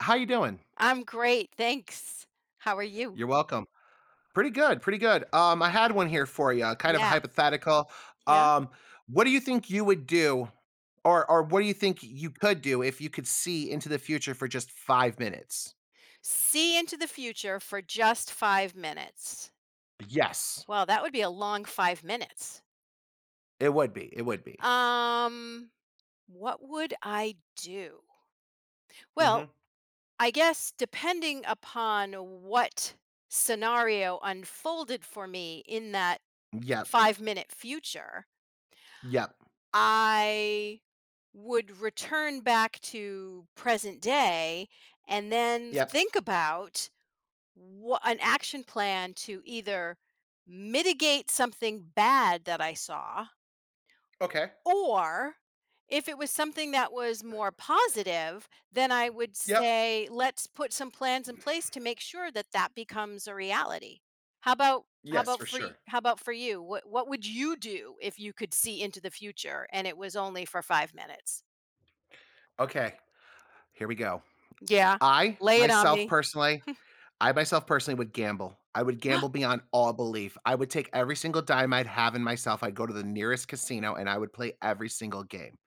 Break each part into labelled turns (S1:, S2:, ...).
S1: How you doing?
S2: I'm great, thanks. How are you?
S1: You're welcome. Pretty good, pretty good. I had one here for you, kind of
S2: Yeah,
S1: hypothetical.
S2: yeah.
S1: Um, what do you think you would do or what do you think you could do if you could see into the future for just 5 minutes?
S2: See into the future for just 5 minutes.
S1: Yes.
S2: Well, that would be a long 5 minutes.
S1: It would be.
S2: Um, what would I do? Well,
S1: Mhm.
S2: I guess depending upon what scenario unfolded for me in that
S1: Yep,
S2: 5-minute future,
S1: yep,
S2: I would return back to present day and then
S1: yep.
S2: think about what an action plan to either mitigate something bad that I saw,
S1: Okay.
S2: or if it was something that was more positive, then I would
S1: Yep.
S2: say, let's put some plans in place to make sure that that becomes a reality. How about how
S1: Yes,
S2: about
S1: for
S2: for y-
S1: sure.
S2: how about for you? What would you do if you could see into the future and it was only for 5 minutes?
S1: Okay, here we go.
S2: Yeah.
S1: I,
S2: Lay it on
S1: myself
S2: me.
S1: personally I myself personally would gamble. I would gamble beyond all belief. I would take every single dime I'd have in myself. I'd go to the nearest casino and I would play every single game.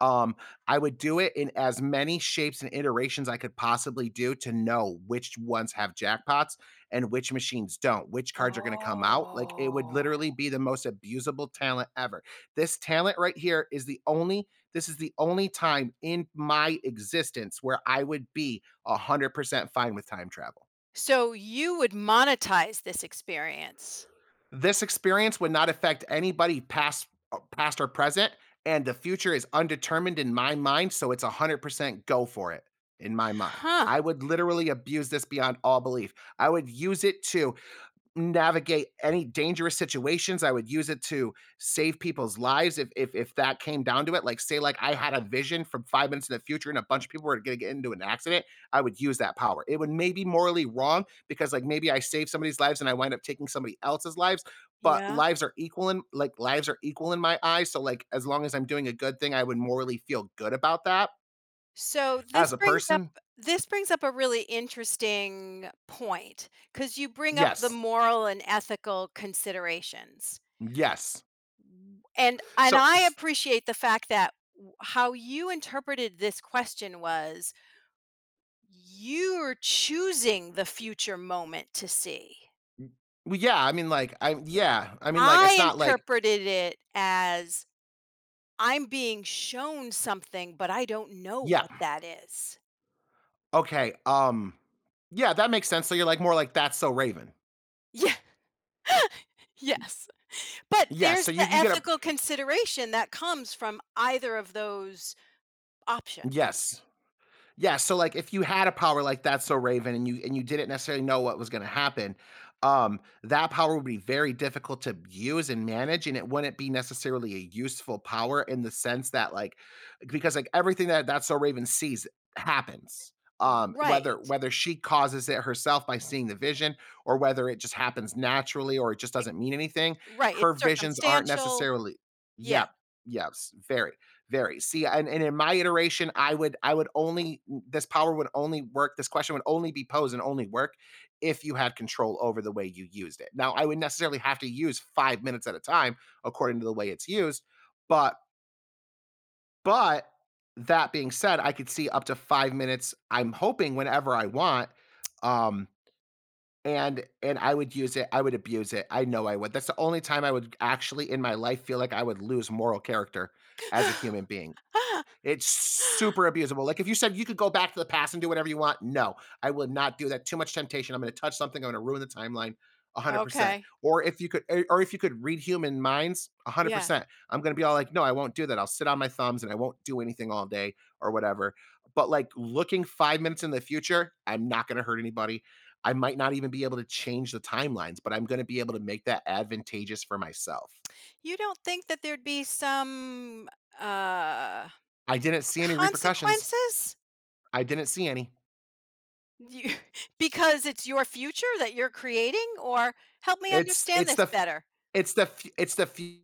S1: Um, I would do it in as many shapes and iterations I could possibly do to know which ones have jackpots and which machines don't, which cards are going to come out. Like it would
S2: Oh.
S1: literally be the most abusable talent ever. This talent right here is the only, this is the only time in my existence where I would be 100% fine with time travel.
S2: So you would monetize this experience.
S1: This experience would not affect anybody past past or present, and the future is undetermined in my mind, so it's 100% go for it in my mind.
S2: Huh.
S1: I would literally abuse this beyond all belief. I would use it to navigate any dangerous situations. I would use it to save people's lives if that came down to it. Like say like I had a vision from 5 minutes in the future and a bunch of people were gonna get into an accident, I would use that power. It would maybe morally wrong because like maybe I save somebody's lives and I wind up taking somebody else's lives, but
S2: Yeah.
S1: lives are equal in my eyes. So like as long as I'm doing a good thing, I would morally feel good about that.
S2: So this
S1: As a
S2: brings up
S1: person,
S2: this brings up a really interesting point because you bring up the
S1: yes.
S2: moral and ethical considerations.
S1: Yes.
S2: And
S1: So
S2: I
S1: s
S2: appreciate the fact that how you interpreted this question was you're choosing the future moment to see.
S1: well, yeah, I mean, like, I yeah, I mean, like, it's
S2: I
S1: not like
S2: interpreted it as I'm being shown something, but I don't know
S1: yeah.
S2: what that is.
S1: Okay. Yeah, that makes sense. So you're like more like That's So Raven.
S2: Yeah, yes. But
S1: Yes. So
S2: there's
S1: you
S2: the
S1: get a
S2: ethical consideration that comes from either of those option.
S1: yes. Yeah, so, like, if you had a power like That's So Raven and you didn't necessarily know what was gonna happen, that power would be very difficult to use and manage, and it wouldn't be necessarily a useful power in the sense that, like because, like, everything that That's So Raven sees happens, whether
S2: Right.
S1: whether she causes it herself by seeing the vision or whether it just happens naturally or it just
S2: It
S1: doesn't mean anything,
S2: Right,
S1: her
S2: it's
S1: visions aren't
S2: circumstantial.
S1: necessarily
S2: Yeah.
S1: yep, yes, very varies. See, and in my iteration, I would only this power would only work. This question would only be posed and only work if you had control over the way you used it. Now, I would necessarily have to use 5 minutes at a time according to the way it's used, but but that being said, I could see up to 5 minutes. I'm hoping whenever I want. Um, and I would use it. I would abuse it. I know I would. That's the only time I would actually in my life feel like I would lose moral character as a human being it's super abusable. Like if you said you could go back to the past and do whatever you want, no, I would not do that. Too much temptation. I'm going to touch something. I'm going to ruin the timeline. 100%.
S2: Okay,
S1: Or if you could read human minds,
S2: yeah.
S1: 100%. I'm going to be all like, "No, I won't do that. I'll sit on my thumbs and I won't do anything all day or whatever." But like looking 5 minutes in the future, I'm not going to hurt anybody. I might not even be able to change the timelines, but I'm going to be able to make that advantageous for myself.
S2: You don't think that there'd be some, uh,
S1: I didn't see any repercussions.
S2: consequences?
S1: I didn't see any.
S2: You, because it's your future that you're creating? Or help me understand
S1: It's
S2: this
S1: the f-
S2: better.
S1: it's the f- it's the fu-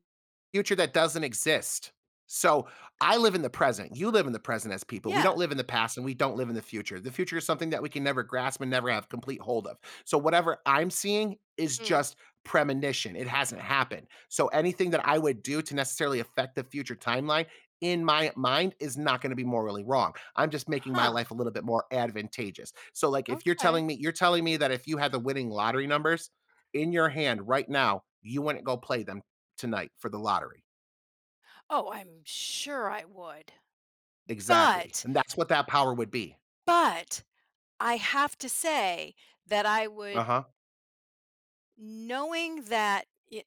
S1: future that doesn't exist. So I live in the present. You live in the present as people. We
S2: Yeah.
S1: don't live in the past and we don't live in the future. The future is something that we can never grasp and never have complete hold of. So whatever I'm seeing is
S2: Mm.
S1: just premonition. It hasn't happened. So anything that I would do to necessarily affect the future timeline in my mind is not going to be morally wrong. I'm just making my
S2: Huh,
S1: life a little bit more advantageous. So like if
S2: okay.
S1: you're telling me that if you had the winning lottery numbers in your hand right now, you wouldn't go play them tonight for the lottery.
S2: Oh, I'm sure I would.
S1: Exactly,
S2: But,
S1: and that's what that power would be.
S2: but I have to say that I would,
S1: Uh-huh.
S2: knowing that it,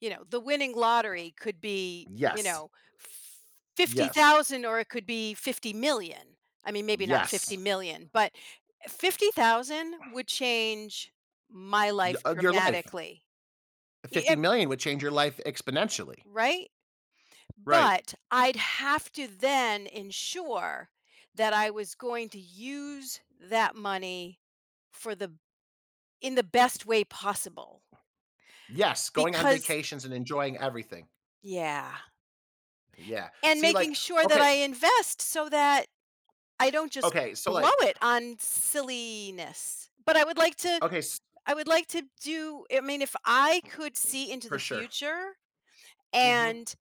S2: the winning lottery could be,
S1: Yes. Yes.
S2: 50,000 or it could be 50,000,000. I mean, maybe not
S1: Yes.
S2: 50,000,000, but 50,000 would change my
S1: Y
S2: life
S1: your life.
S2: dramatically. E em
S1: 50,000,000 would change your life exponentially.
S2: Right?
S1: Right.
S2: But I'd have to then ensure that I was going to use that money for the in the best way possible
S1: Yes, going on
S2: because
S1: vacations and enjoying everything.
S2: yeah,
S1: Yeah.
S2: and
S1: See,
S2: making
S1: like
S2: sure that
S1: okay,
S2: I invest so that I don't just
S1: okay, so,
S2: blow
S1: like
S2: it on silliness. But I would like to
S1: okay, s
S2: I would like to do, I mean, if I could see into
S1: for
S2: the
S1: sure.
S2: future
S1: Mhm.
S2: and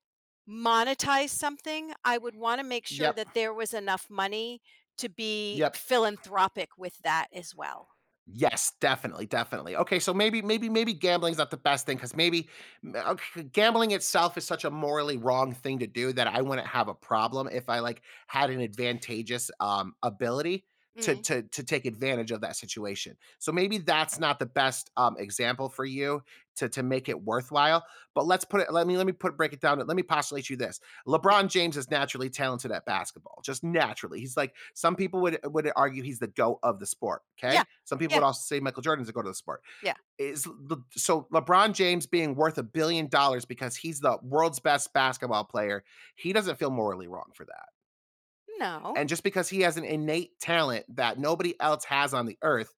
S2: monetize something, I would want to make sure
S1: Yep.
S2: that there was enough money to be
S1: Yep.
S2: philanthropic with that as well.
S1: Yes, definitely, definitely. Okay, so maybe gambling's not the best thing because maybe m- okay, gambling itself is such a morally wrong thing to do that I wouldn't have a problem if I like had an advantageous ability
S2: Mm,
S1: to take advantage of that situation. So maybe that's not the best example for you to make it worthwhile. But let me put break it down. Let me postulate you this.
S2: yeah,
S1: LeBron James is naturally talented at basketball, just naturally. He's like some people would argue he's the go of the sport.
S2: yeah,
S1: Okay, some people
S2: yeah,
S1: would also say Michael Jordan's the go of the sport.
S2: yeah.
S1: So LeBron James being worth $1 billion because he's the world's best basketball player, he doesn't feel morally wrong for that.
S2: No,
S1: And just because he has an innate talent that nobody else has on the earth,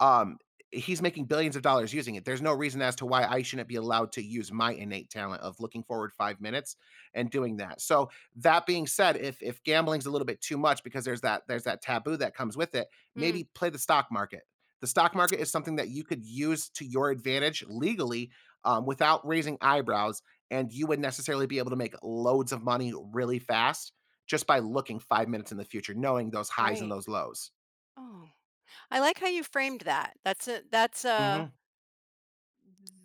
S1: um, he's making billions of dollars using it. There's no reason as to why I shouldn't be allowed to use my innate talent of looking forward 5 minutes and doing that. So that being said, if gambling's a little bit too much because there's that taboo that comes with it,
S2: mm,
S1: maybe play the stock market. The stock market is something that you could use to your advantage legally without raising eyebrows, and you would necessarily be able to make loads of money really fast just by looking 5 minutes in the future, knowing those highs and
S2: right.
S1: those lows.
S2: Oh, I like how you framed that. That's a that's a
S1: Mhm,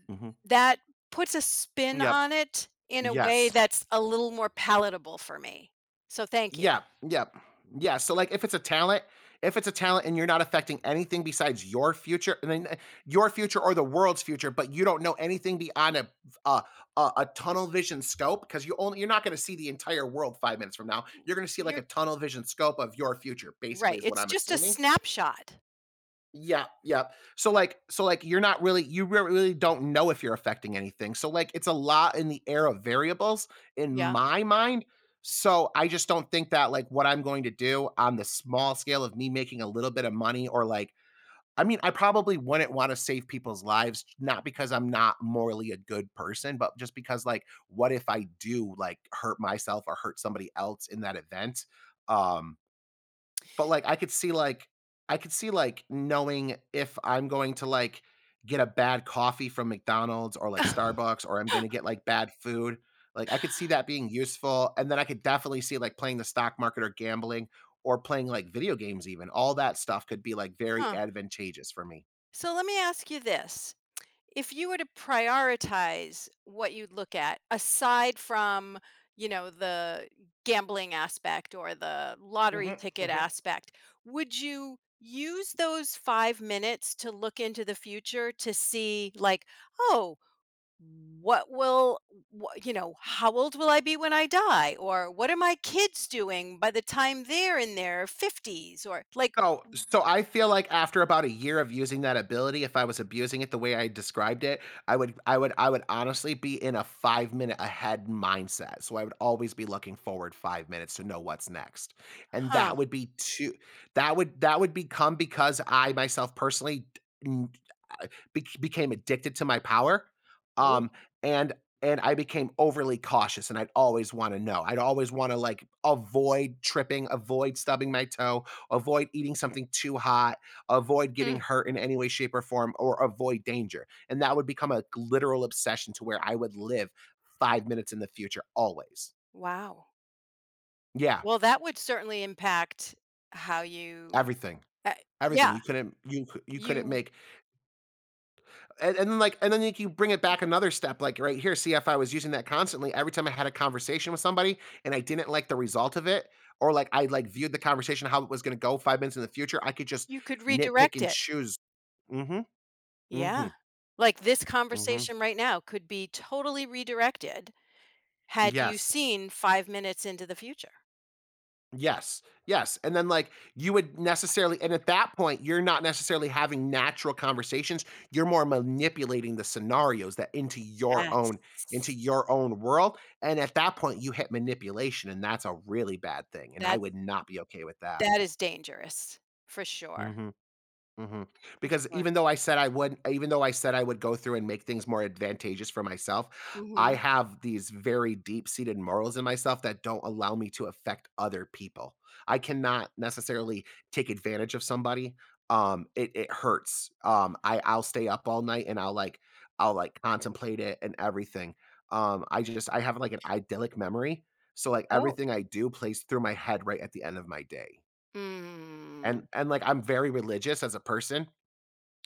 S1: mhm.
S2: that puts a spin
S1: Yep.
S2: on it in a way
S1: Yes.
S2: that's a little more palatable for me. So thank you.
S1: Yeah, yep. Yeah, so, like, if it's a talent and you're not affecting anything besides your future and then, eh, your future or the world's future, but you don't know anything beyond a tunnel vision scope because you only you're not gonna see the entire world 5 minutes from now. You're gonna see, like,
S2: You're
S1: a tunnel vision scope of your future, basically,
S2: right.
S1: is what
S2: It's
S1: I'm
S2: just a
S1: assuming.
S2: snapshot.
S1: Yeah, yeah. So like you're not really you rea really don't know if you're affecting anything. So like it's a lot in the air of variables in
S2: Yeah.
S1: my mind. So I just don't think that like what I'm going to do on the small scale of me making a little bit of money or like I mean, I probably wouldn't wanna save people's lives not because I'm not morally a good person, but just because like what if I do like hurt myself or hurt somebody else in that event? Um but, like, I could see, like, knowing if I'm going to, like, get a bad coffee from McDonald's or, like, Starbucks or I'm gonna get, like, bad food. Like, I could see that being useful, and then I could definitely see, like, playing the stock market or gambling or playing, like, video games even. All that stuff could be, like, very
S2: Huh.
S1: advantageous for me.
S2: So let me ask you this: if you were to prioritize what you'd look at aside from, the gambling aspect or the lottery
S1: Mhm,
S2: ticket
S1: mhm.
S2: aspect, would you use those 5 minutes to look into the future to see, like, oh, what will wha you know how old will I be when I die, or what are my kids doing by the time they're in their 50s, or like,
S1: So I feel like after about a year of using that ability, if I was abusing it the way I described it, I would honestly be in a 5-minute ahead mindset. So I would always be looking forward 5 minutes to know what's next. And
S2: huh.
S1: that would become because I myself personally became addicted to my power,
S2: Oh.
S1: um, and and I became overly cautious, and I'd always wanna know. I'd always wanna, like, avoid tripping, avoid stubbing my toe, avoid eating something too hot, avoid
S2: Hmm,
S1: getting hurt in any way, shape, or form, or avoid danger, and that would become a literal obsession to where I would live 5 minutes in the future always.
S2: wow.
S1: Yeah,
S2: Well, that would certainly impact how you,
S1: everything,
S2: uh,
S1: everything.
S2: yeah,
S1: You couldn't
S2: you
S1: make. And then like, you bring it back another step, like right here. See, if I was using that constantly, every time I had a conversation with somebody and I didn't like the result of it, or like I like viewed the conversation how it was going to go 5 minutes in the future, I could just
S2: you could
S1: nitpick
S2: redirect
S1: and
S2: it.
S1: choose. Mm-hmm. Mm-hmm.
S2: Yeah. Like, this
S1: Mm-hmm.
S2: conversation right now could be totally redirected had you
S1: Yes.
S2: seen 5 minutes into the future.
S1: Yes, yes, and then, like, you would necessarily and at that point, you're not necessarily having natural conversations, you're more manipulating the scenarios that into your
S2: Yes.
S1: own into your own world, and at that point, you hit manipulation, and that's a really bad thing, and I
S2: That's
S1: would not be okay with that.
S2: that is dangerous for sure,
S1: Mhm. Mhm.
S2: for
S1: Because
S2: sure.
S1: even though I said I would go through and make things more advantageous for myself, I
S2: Mhm.
S1: have these very deep-seated morals in myself that don't allow me to affect other people. I cannot necessarily take advantage of somebody. It hurts. I'll stay up all night, and I'll like contemplate it and everything. I have like an idyllic memory. So like
S2: Oh.
S1: everything I do plays through my head right at the end of my day. And
S2: Mm.
S1: and like I'm very religious as a person,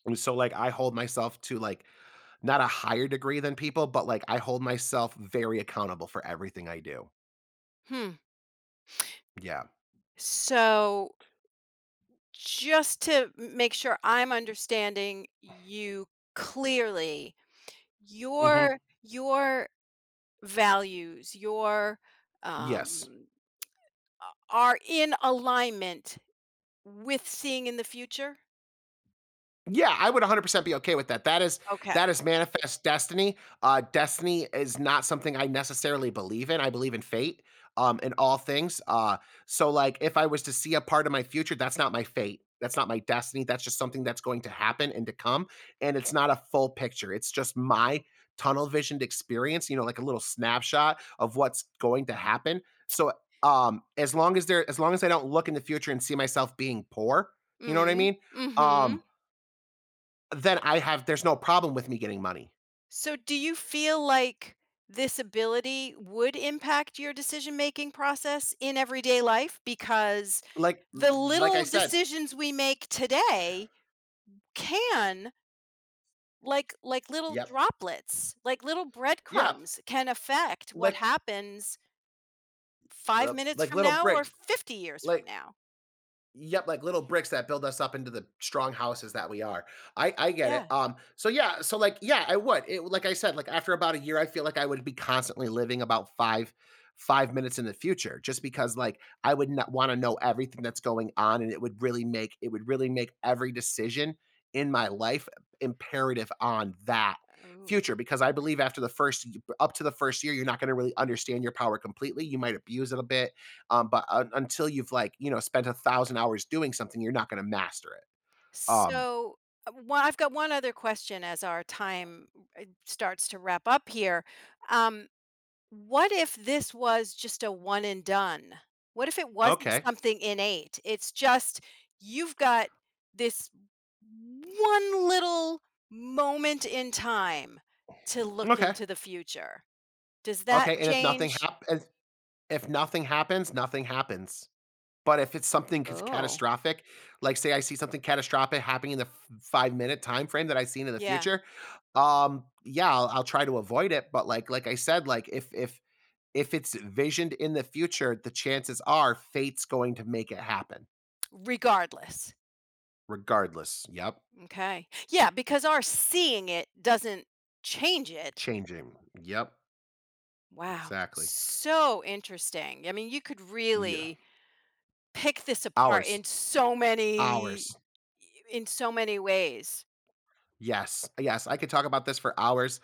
S1: and so, like, I hold myself to, like, not a higher degree than people, but, like, I hold myself very accountable for everything I do.
S2: Hmm.
S1: Yeah.
S2: So, just to make sure I'm understanding you clearly,
S1: Mhm.
S2: Your values, your,
S1: Yes.
S2: um, a are in alignment with seeing in the future?
S1: Yeah, I would 100% be okay with that. That is
S2: Okay.
S1: manifest destiny. Destiny is not something I necessarily believe in. I believe in fate, in all things. So like, if I was to see a part of my future, that's not my fate. That's not my destiny. That's just something that's going to happen and to come, and it's not a full picture. It's just my tunnel visioned experience. You know, like a little snapshot of what's going to happen. So, as long as I don't look in the future and see myself being poor, you know what I
S2: Mm,
S1: mean? Um
S2: mhm.
S1: then I have there's no problem with me getting money.
S2: So do you feel like this ability would impact your decision-making process in everyday life? Because
S1: Like
S2: the
S1: like I
S2: little
S1: said.
S2: decisions we make today can, like little
S1: Yep.
S2: droplets, like little
S1: Yeah.
S2: breadcrumbs, can affect what
S1: Like,
S2: happens 5 minutes
S1: like
S2: from
S1: little
S2: now or
S1: bricks,
S2: 50 years from
S1: like,
S2: now.
S1: yep, like little bricks that build us up into the strong houses that we are. I get it.
S2: Yeah.
S1: So yeah, so like, yeah, I would. It, like I said, like after about a year, I feel like I would be constantly living about five minutes in the future, just because like I would not want to know everything that's going on, and it would really make every decision in my life imperative on that
S2: Oh.
S1: future, because I believe after the first up to the first year, you're not going to really understand your power completely. You might abuse it a bit, but un until you've, like, spent 1,000 hours doing something, you're not gonna master it. Um,
S2: So, one I've got one other question as our time starts to wrap up here. Um, what if this was just a one and done? What if it wasn't
S1: okay,
S2: something innate? It's just you've got this one little moment in time to look
S1: okay,
S2: into the future. Does that
S1: okay. And if nothing
S2: change?
S1: happens, nothing happens. But if it's something c
S2: Oh.
S1: catastrophic, like, say I see something catastrophic happening in the f 5-minute time frame that I seen in the
S2: Yeah,
S1: future, yeah, I'll try to avoid it, but, like I said, like, if it's visioned in the future, the chances are fate's going to make it happen
S2: regardless.
S1: regardless. Yep.
S2: Okay. Yeah, because our seeing it doesn't change it.
S1: Changing. Yep.
S2: Wow.
S1: Exactly.
S2: So interesting. I mean, you could
S1: Yeah.
S2: really pick this apart
S1: Hours.
S2: in so many
S1: Hours.
S2: ways.
S1: Yes. Yes, I could talk about this for hours.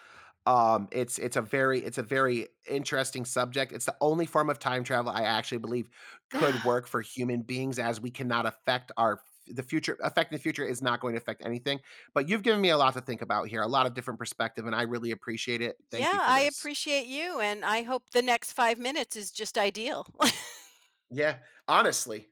S1: It's a very interesting subject. It's the only form of time travel I actually believe could work for human beings, as we cannot affect our, the future affecting the future is not going to affect anything. But you've given me a lot to think about here, a lot of different perspective, and I really appreciate it. Thank
S2: Yeah,
S1: you for
S2: I
S1: this.
S2: appreciate you and I hope the next 5 minutes is just ideal.
S1: Yeah, honestly.